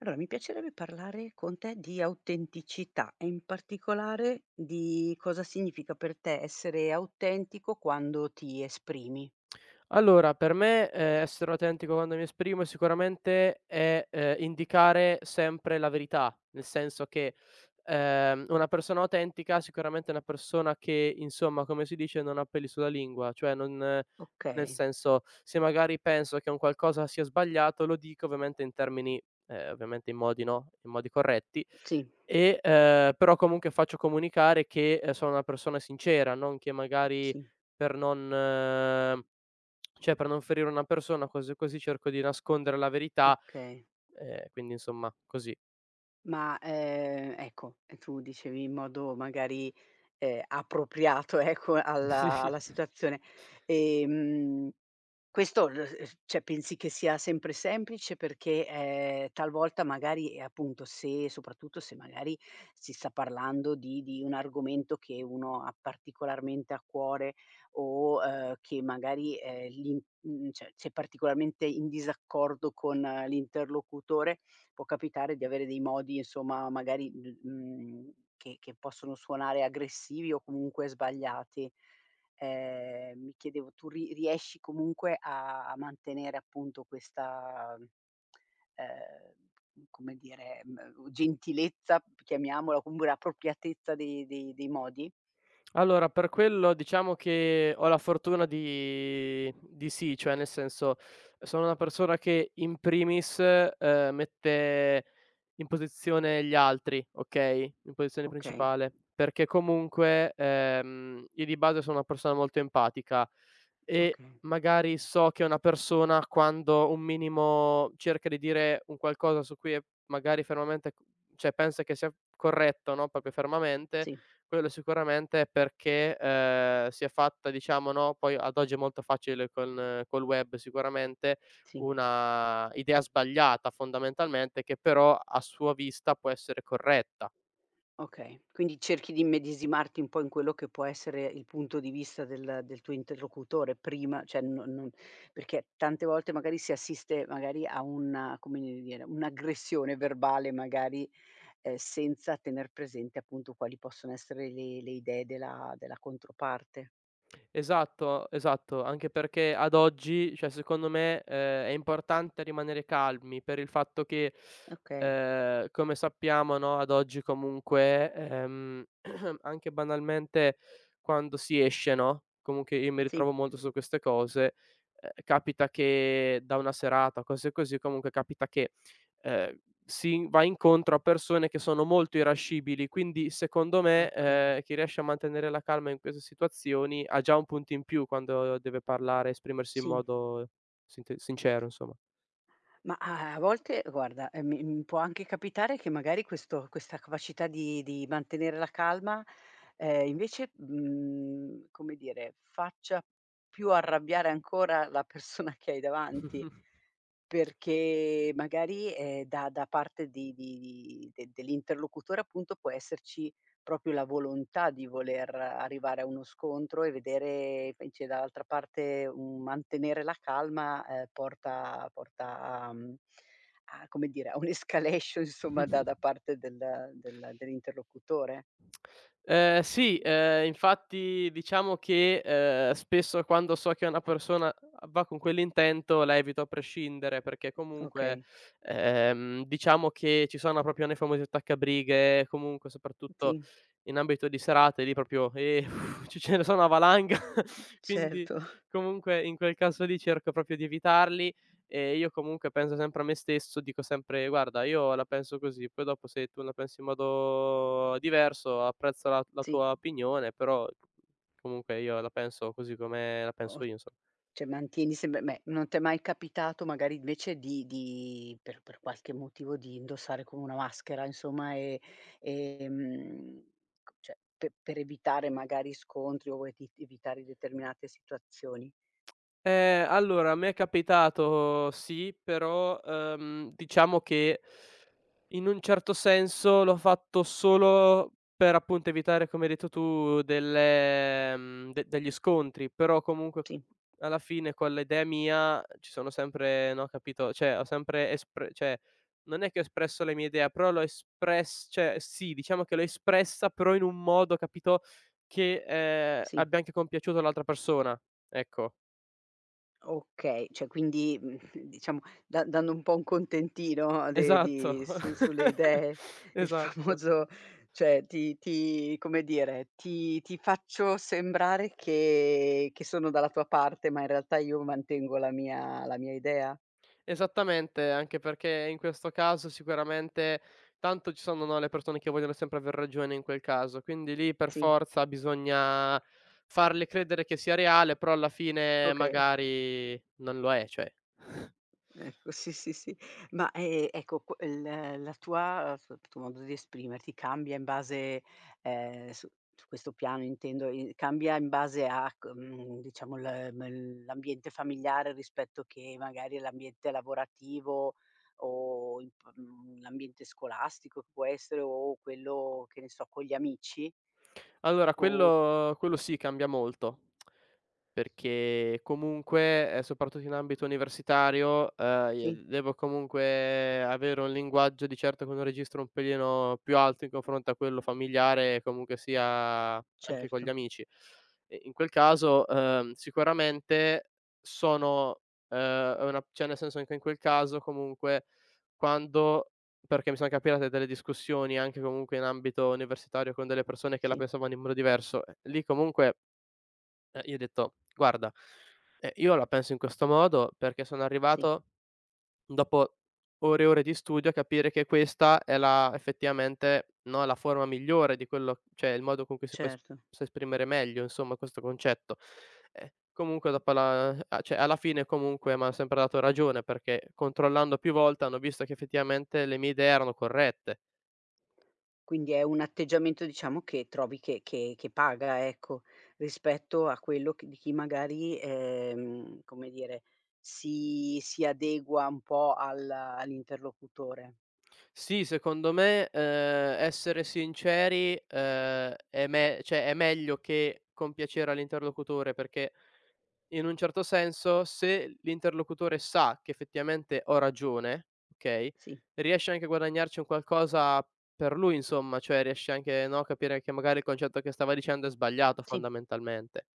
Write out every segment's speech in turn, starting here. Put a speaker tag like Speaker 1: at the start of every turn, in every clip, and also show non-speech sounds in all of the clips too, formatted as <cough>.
Speaker 1: Allora, mi piacerebbe parlare con te di autenticità e in particolare di cosa significa per te essere autentico quando ti esprimi.
Speaker 2: Allora, per me, essere autentico quando mi esprimo sicuramente è, indicare sempre la verità, nel senso che, una persona autentica sicuramente è una persona che, insomma, come si dice, non ha peli sulla lingua, cioè non nel
Speaker 1: Okay,
Speaker 2: senso, se magari penso che un qualcosa sia sbagliato, lo dico ovviamente in termini, ovviamente in modi no, in modi corretti
Speaker 1: sì,
Speaker 2: e, però comunque faccio comunicare che, sono una persona sincera, non che magari
Speaker 1: sì,
Speaker 2: per non cioè per non ferire una persona, cose così, cerco di nascondere la verità,
Speaker 1: okay.
Speaker 2: quindi insomma così.
Speaker 1: Ma, ecco, e tu dicevi in modo magari, appropriato <laughs> ecco alla
Speaker 2: <laughs> Sì.
Speaker 1: alla situazione. Ehm, questo l s cioè pensi che sia sempre semplice perché, talvolta magari, appunto se soprattutto se magari si sta parlando di un argomento che uno ha particolarmente a cuore o, che magari, cioè sei particolarmente in disaccordo con l'interlocutore, può capitare di avere dei modi, insomma, magari, che possono suonare aggressivi o comunque sbagliati. Mi chiedevo, tu ri riesci comunque a mantenere appunto questa, ehm, come dire, gentilezza, chiamiamola, comunque l'appropriatezza dei modi?
Speaker 2: Allora, per quello diciamo che ho la fortuna di sì, cioè nel senso, sono una persona che in primis, mette in posizione gli altri, okay, in posizione
Speaker 1: Okay,
Speaker 2: principale, perché comunque, io di base sono una persona molto empatica e
Speaker 1: okay.
Speaker 2: magari so che una persona quando un minimo cerca di dire un qualcosa su cui è magari fermamente c cioè pensa che sia corretto, no, proprio fermamente,
Speaker 1: Sì,
Speaker 2: quello sicuramente perché, si è fatta diciamo, no, poi ad oggi è molto facile con col web sicuramente,
Speaker 1: sì.
Speaker 2: una idea sbagliata fondamentalmente che però a sua vista può essere corretta.
Speaker 1: Okay, quindi cerchi di immedesimarti un po' in quello che può essere il punto di vista del tuo interlocutore prima, cioè non perché tante volte magari si assiste magari a una come dire, un'aggressione verbale magari, senza tener presente appunto quali possono essere le idee della controparte.
Speaker 2: Esatto, esatto, anche perché ad oggi, cioè secondo me, è importante rimanere calmi per il fatto che,
Speaker 1: Okay,
Speaker 2: come sappiamo, no, ad oggi comunque, <clears throat> anche banalmente quando si esce, no, comunque io mi
Speaker 1: sì.
Speaker 2: ritrovo molto su queste cose, capita che da una serata o cose così, comunque capita che ehm, si va incontro a persone che sono molto irascibili, quindi secondo me,
Speaker 1: Okay.
Speaker 2: chi riesce a mantenere la calma in queste situazioni ha già un punto in più quando deve parlare, esprimersi in
Speaker 1: Sì.
Speaker 2: modo sinte sincero insomma.
Speaker 1: Ma a volte guarda, mi può anche capitare che magari questo questa capacità di mantenere la calma, invece, come dire, faccia più arrabbiare ancora la persona <laughs> che hai davanti.
Speaker 2: <laughs>
Speaker 1: Perché magari, da da parte di de dell'interlocutore appunto può esserci proprio la volontà di voler arrivare a uno scontro e vedere invece dall'altra parte un mantenere la calma, porta a a come dire, a un'escalation <laughs> insomma da da parte del dell'interlocutore.
Speaker 2: Sì, infatti diciamo che, spesso quando so che una persona va con quell'intento la evito a prescindere, perché comunque,
Speaker 1: Okay,
Speaker 2: diciamo che ci sono proprio nei famosi attaccabrighe, comunque soprattutto
Speaker 1: sì,
Speaker 2: in ambito di serate lì proprio, <laughs> ci ce ne sono a valanga, <laughs> quindi
Speaker 1: certo.
Speaker 2: comunque in quel caso lì cerco proprio di evitarli. E io comunque penso sempre a me stesso, dico sempre: "Guarda, io la penso così, poi dopo se tu la pensi in modo diverso apprezzo la
Speaker 1: Sì.
Speaker 2: tua opinione, però comunque io la penso così come la
Speaker 1: O
Speaker 2: penso io inso".
Speaker 1: cioè mantieni sempre beh, non t'è mai capitato magari invece di per qualche motivo di indossare come una maschera insomma e ehm, co cioè pe per evitare magari scontri o vuoi ti evitare determinate situazioni?
Speaker 2: Allora a me è capitato sì, però, diciamo che in un certo senso l'ho fatto solo per appunto evitare, come hai detto tu, delle mhmm, de degli scontri, però comunque
Speaker 1: Sì,
Speaker 2: alla fine con l'idea mia ci sono sempre no, capito, cioè ho sempre espr cioè non è che ho espresso la mia idea, però l'ho espress cioè sì, diciamo che l'ho espressa, però in un modo, capito, che,
Speaker 1: sì.
Speaker 2: abbia anche compiaciuto l'altra persona, ecco.
Speaker 1: Okay, cioè quindi, <laughs> diciamo da dando un po' un contentino de
Speaker 2: Esatto,
Speaker 1: di su sulle
Speaker 2: <laughs>
Speaker 1: idee, il
Speaker 2: esatto.
Speaker 1: famoso cioè ti come dire, ti faccio sembrare che sono dalla tua parte, ma in realtà io mantengo la mia idea?
Speaker 2: Esattamente, anche perché in questo caso sicuramente tanto ci sono, no, le persone che vogliono sempre aver ragione in quel caso, quindi lì per
Speaker 1: Sì,
Speaker 2: forza bisogna farle credere che sia reale, però alla fine
Speaker 1: okay.
Speaker 2: magari non lo è, cioè. <laughs>
Speaker 1: Ecco, sì, sì, sì. Ma, ecco qu il la tua f tuo modo di esprimerti cambia in base, ehm, su su questo piano intendo, i cambia in base a diciamo l'ambiente familiare rispetto che magari l'ambiente lavorativo o l'ambiente scolastico che può essere o quello, che ne so, con gli amici?
Speaker 2: Allora
Speaker 1: O
Speaker 2: quello sì, cambia molto. Perché comunque, soprattutto in ambito universitario,
Speaker 1: sì,
Speaker 2: i devo comunque avere un linguaggio di certo con un registro un pelino più alto in confronto a quello familiare, comunque sia anche con gli
Speaker 1: certo.
Speaker 2: amici. E in quel caso, sicuramente sono, è una cioè nel senso anche in quel caso comunque quando perché mi sono capitate delle discussioni anche comunque in ambito universitario con delle persone che la
Speaker 1: Sì,
Speaker 2: pensavano in modo diverso, lì comunque io ho detto: "Guarda, io la penso in questo modo perché sono
Speaker 1: sì,
Speaker 2: arrivato dopo ore e ore di studio a capire che questa è la effettivamente, no, la forma migliore di quello cioè il modo con cui si può es
Speaker 1: certo.
Speaker 2: sa esprimere meglio insomma questo concetto." Comunque dopo la a cioè alla fine comunque m'han sempre dato ragione perché controllando più volte hanno visto che effettivamente le mie idee erano corrette.
Speaker 1: Quindi è un atteggiamento diciamo che trovi che paga, ecco, rispetto a quello che di chi magari, come dire, si adegua un po' al all'interlocutore.
Speaker 2: Sì, secondo me, essere sinceri, è me cioè è meglio che compiacere all'interlocutore, perché in un certo senso se l'interlocutore sa che effettivamente ho ragione, okay,
Speaker 1: Sì,
Speaker 2: riesce anche a guadagnarci un qualcosa per lui insomma, cioè riesce anche, no, a capire che magari il concetto che stava dicendo è sbagliato
Speaker 1: sì,
Speaker 2: fondamentalmente.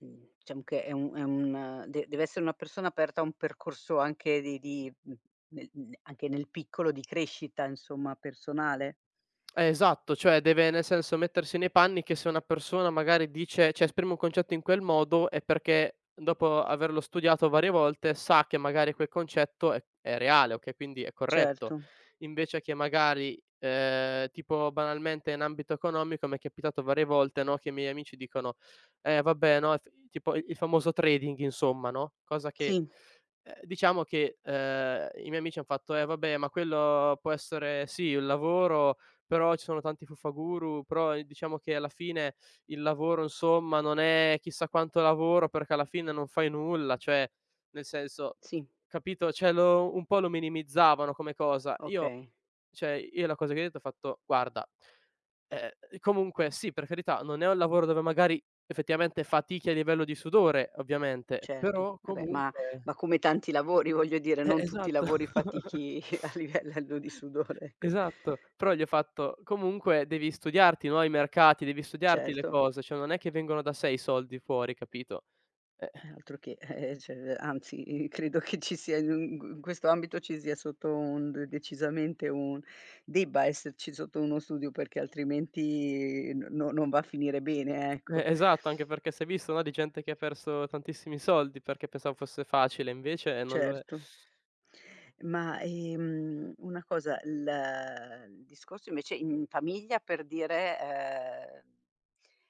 Speaker 1: mhmm, diciamo che è un de deve essere una persona aperta a un percorso anche di nel n anche nel piccolo di crescita, insomma, personale.
Speaker 2: Esatto, cioè deve nel senso mettersi nei panni che se una persona magari dice cioè esprime un concetto in quel modo è perché dopo averlo studiato varie volte sa che magari quel concetto è reale, okay, quindi è corretto.
Speaker 1: Certo.
Speaker 2: Invece che magari, tipo banalmente in ambito economico mi è capitato varie volte, no, che i miei amici dicono: "Eh vabbè, no", f tipo il famoso trading insomma, no, cosa che,
Speaker 1: Sì,
Speaker 2: diciamo che, i miei amici han fatto: "Eh vabbè, ma quello può essere sì un lavoro, però ci sono tanti fuffaguru, però, diciamo che alla fine il lavoro insomma non è chissà quanto lavoro, perché alla fine non fai nulla, cioè nel senso,
Speaker 1: sì,
Speaker 2: capito, cioè lo un po' lo minimizzavano come cosa. Io
Speaker 1: okay.
Speaker 2: cioè io la cosa che ho detto ho fatto: "Guarda, ehm, comunque sì, per carità, non è un lavoro dove magari effettivamente fatichi a livello di sudore, ovviamente,
Speaker 1: Certo,
Speaker 2: però
Speaker 1: vabbè,
Speaker 2: comunque"
Speaker 1: ma come tanti lavori, voglio dire, non tutti i
Speaker 2: esatto.
Speaker 1: lavori
Speaker 2: <laughs>
Speaker 1: fatichi <laughs> a livello di sudore, ecco.
Speaker 2: Esatto, però gli ho fatto: "Comunque devi studiarti, no, i mercati, devi studiarti le
Speaker 1: Certo,
Speaker 2: cose, cioè non è che vengono da sé i soldi fuori, capito?" Eh,
Speaker 1: altro che, cioè, anzi, credo che ci sia in questo ambito ci sia sotto un d decisamente un debba esserci sotto uno studio perché altrimenti no non va a finire bene, ecco.
Speaker 2: esatto, anche perché si è visto, no, di gente che ha perso tantissimi soldi perché pensava fosse facile, invece non lo è.
Speaker 1: Certo. Ma, una cosa, il discorso invece in famiglia per dire,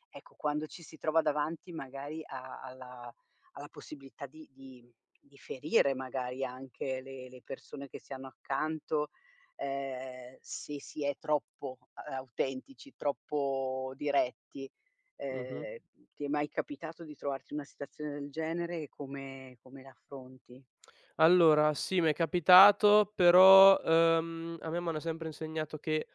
Speaker 1: ecco quando ci si trova davanti magari a alla possibilità di ferire magari anche le persone che si hanno accanto, se si è troppo a autentici, troppo diretti.
Speaker 2: Mh-mh.
Speaker 1: Ehm, ti è mai capitato di trovarti in una situazione del genere e come l'affronti?
Speaker 2: Allora, sì, m'è capitato, però, a me m'hanno sempre insegnato che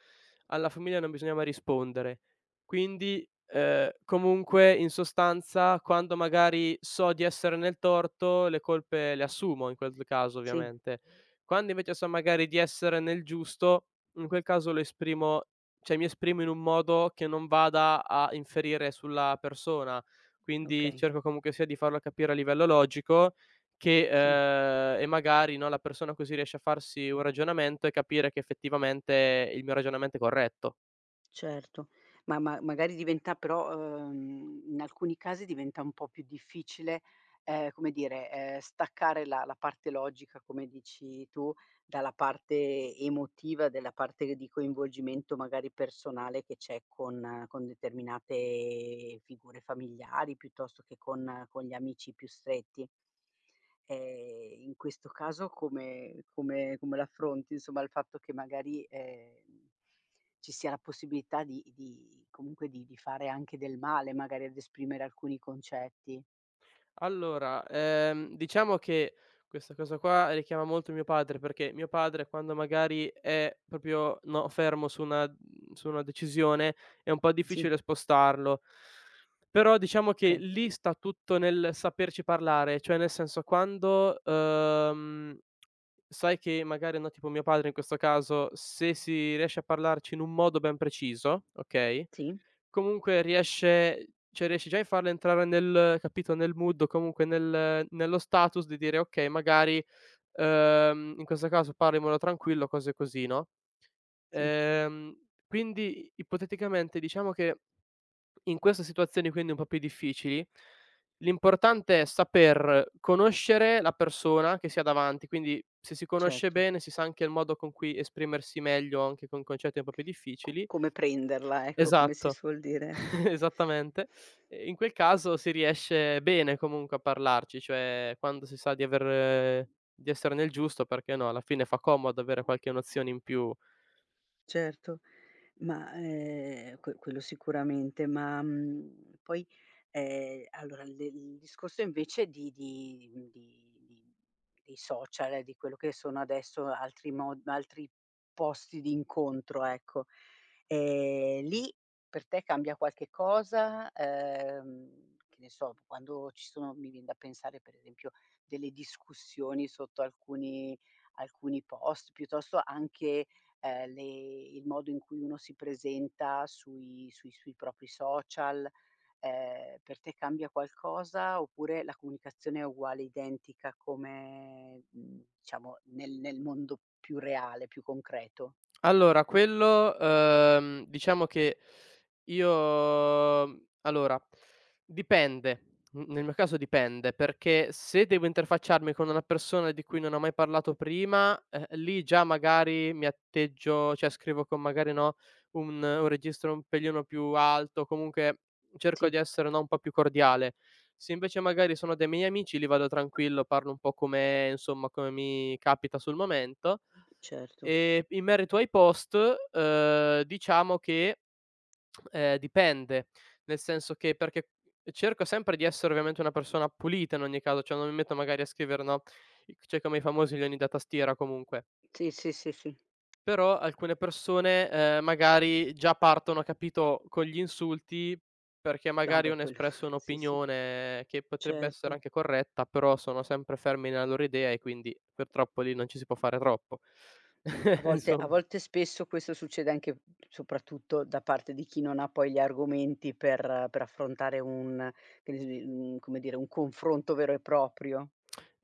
Speaker 2: alla famiglia non bisogna mai rispondere. Quindi, comunque, in sostanza, quando magari so di essere nel torto, le colpe le assumo in quel caso,
Speaker 1: Sì,
Speaker 2: ovviamente. Quando invece so magari di essere nel giusto, in quel caso lo esprimo cioè mi esprimo in un modo che non vada a inferire sulla persona. Quindi
Speaker 1: okay,
Speaker 2: cerco comunque sia di farlo capire a livello logico che
Speaker 1: sì.
Speaker 2: e magari, no, la persona così riesce a farsi un ragionamento e capire che effettivamente il mio ragionamento è corretto.
Speaker 1: Certo, ma magari diventa però, in alcuni casi diventa un po' più difficile, come dire, staccare la parte logica, come dici tu, dalla parte emotiva, della parte di coinvolgimento magari personale che c'è con determinate figure familiari, piuttosto che con gli amici più stretti. In questo caso come l'affronti, insomma, il fatto che magari, ci sia la possibilità di comunque di fare anche del male, magari ad esprimere alcuni concetti.
Speaker 2: Allora, diciamo che questa cosa qua richiama molto mio padre, perché mio padre quando magari è proprio, no, fermo su una mhmm, su una decisione è un po'
Speaker 1: Sì,
Speaker 2: difficile spostarlo. Però diciamo che
Speaker 1: okay.
Speaker 2: lì sta tutto nel saperci parlare, cioè nel senso quando, uhm. Sai che magari, no, tipo mio padre in questo caso, se si riesce a parlarci in un modo ben preciso, okay,
Speaker 1: Sì,
Speaker 2: comunque riesce cioè riesci già a farla entrare nel capito, nel mood o comunque nello status di dire: "Okay, magari, in questo caso parla in modo tranquillo", cose così, no,
Speaker 1: sì,
Speaker 2: ehm, quindi ipoteticamente diciamo che in queste situazioni quindi un po' più difficili, l'importante è saper conoscere la persona che si ha davanti, quindi se si conosce
Speaker 1: certo.
Speaker 2: bene si sa anche il modo con cui esprimersi meglio anche con concetti un po' più
Speaker 1: Co
Speaker 2: difficili.
Speaker 1: come prenderla, ecco, come si
Speaker 2: Esatto,
Speaker 1: suol dire, ecco.
Speaker 2: <laughs> esattamente. E in quel caso si riesce bene comunque a parlarci, cioè quando si sa di aver di essere nel giusto, perché no, alla fine fa comodo avere qualche nozione in più.
Speaker 1: Certo, ma, quello sicuramente, ma, poi, allora le il discorso invece di mhmm, di dei social, di quello che sono adesso altri posti di incontro, ecco. Lì per te cambia qualche cosa? Che ne so, quando ci sono mi vien da pensare per esempio delle discussioni sotto alcuni post, piuttosto anche le il modo in cui uno si presenta sui propri social, per te cambia qualcosa oppure la comunicazione è uguale, identica come, diciamo nel mondo più reale, più concreto?
Speaker 2: Allora quello, diciamo che io allora, dipende, n nel mio caso dipende, perché se devo interfacciarmi con una persona di cui non ho mai parlato prima, lì già magari mi atteggio cioè scrivo con magari, no, un registro un pelino più alto, comunque cerco
Speaker 1: Sì,
Speaker 2: di essere, no, un po' più cordiale. Se invece magari sono dei miei amici, lì vado tranquillo, parlo un po' come insomma, come mi capita sul momento.
Speaker 1: certo.
Speaker 2: In merito ai post, diciamo che, dipende, nel senso che perché cerco sempre di essere ovviamente una persona pulita in ogni caso, cioè non mi metto magari a scrivere, no, cioè come i famosi leoni da tastiera comunque.
Speaker 1: Sì, sì, sì, sì.
Speaker 2: Però alcune persone, magari già partono, capito, con gli insulti perché
Speaker 1: Ah
Speaker 2: magari
Speaker 1: beh
Speaker 2: hanno
Speaker 1: quello
Speaker 2: espresso
Speaker 1: <laughs> sì, sì,
Speaker 2: un'opinione che potrebbe essere
Speaker 1: certo.
Speaker 2: anche corretta, però sono sempre fermi nella loro idea e quindi purtroppo lì non ci si può fare troppo.
Speaker 1: Sì, a
Speaker 2: <laughs>
Speaker 1: volte a
Speaker 2: Insomma.
Speaker 1: volte spesso questo succede anche soprattutto da parte di chi non ha poi gli argomenti per affrontare un che ne so di come dire, un confronto vero e proprio.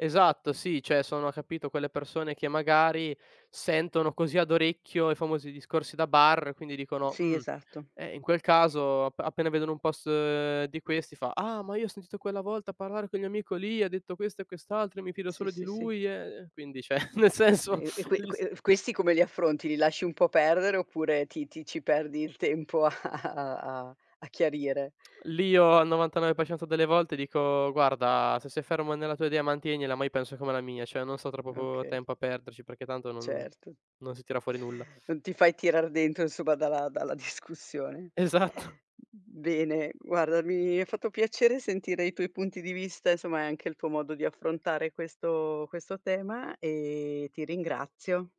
Speaker 2: Esatto, sì, cioè sono capito quelle persone che magari sentono così ad orecchio i famosi discorsi da bar, quindi dicono:
Speaker 1: Sì, esatto.
Speaker 2: In quel caso ap appena vedono un post, di questi fa: "Ah, ma io ho sentito quella volta parlare quel mio amico lì, ha detto questo e quest'altro, io mi fido
Speaker 1: Sì,
Speaker 2: solo di
Speaker 1: sì, sì.
Speaker 2: lui e" quindi cioè <laughs> nel
Speaker 1: Ma
Speaker 2: senso lì s
Speaker 1: Questi come li affronti? Li lasci un po' perdere oppure ti ci perdi il tempo a <laughs> a chiarire?
Speaker 2: lì io al 99% delle volte dico: "Guarda, se sei fermo nella tua idea mantienila, ma io penso come la mia, cioè non sto troppo po
Speaker 1: Okay,
Speaker 2: tempo a perderci perché tanto
Speaker 1: certo.
Speaker 2: non si tira fuori nulla." <laughs>
Speaker 1: Non ti fai tirar dentro insomma dalla <laughs> discussione.
Speaker 2: Esatto.
Speaker 1: Bene, guarda mi ha fatto piacere sentire i tuoi punti di vista, insomma e anche il tuo modo di affrontare questo tema e ti ringrazio.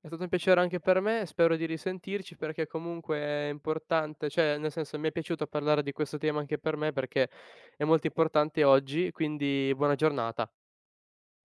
Speaker 2: È stato un piacere anche per me, spero di risentirci perché comunque è importante, cioè nel senso mi è piaciuto parlare di questo tema anche per me perché è molto importante oggi, quindi buona giornata.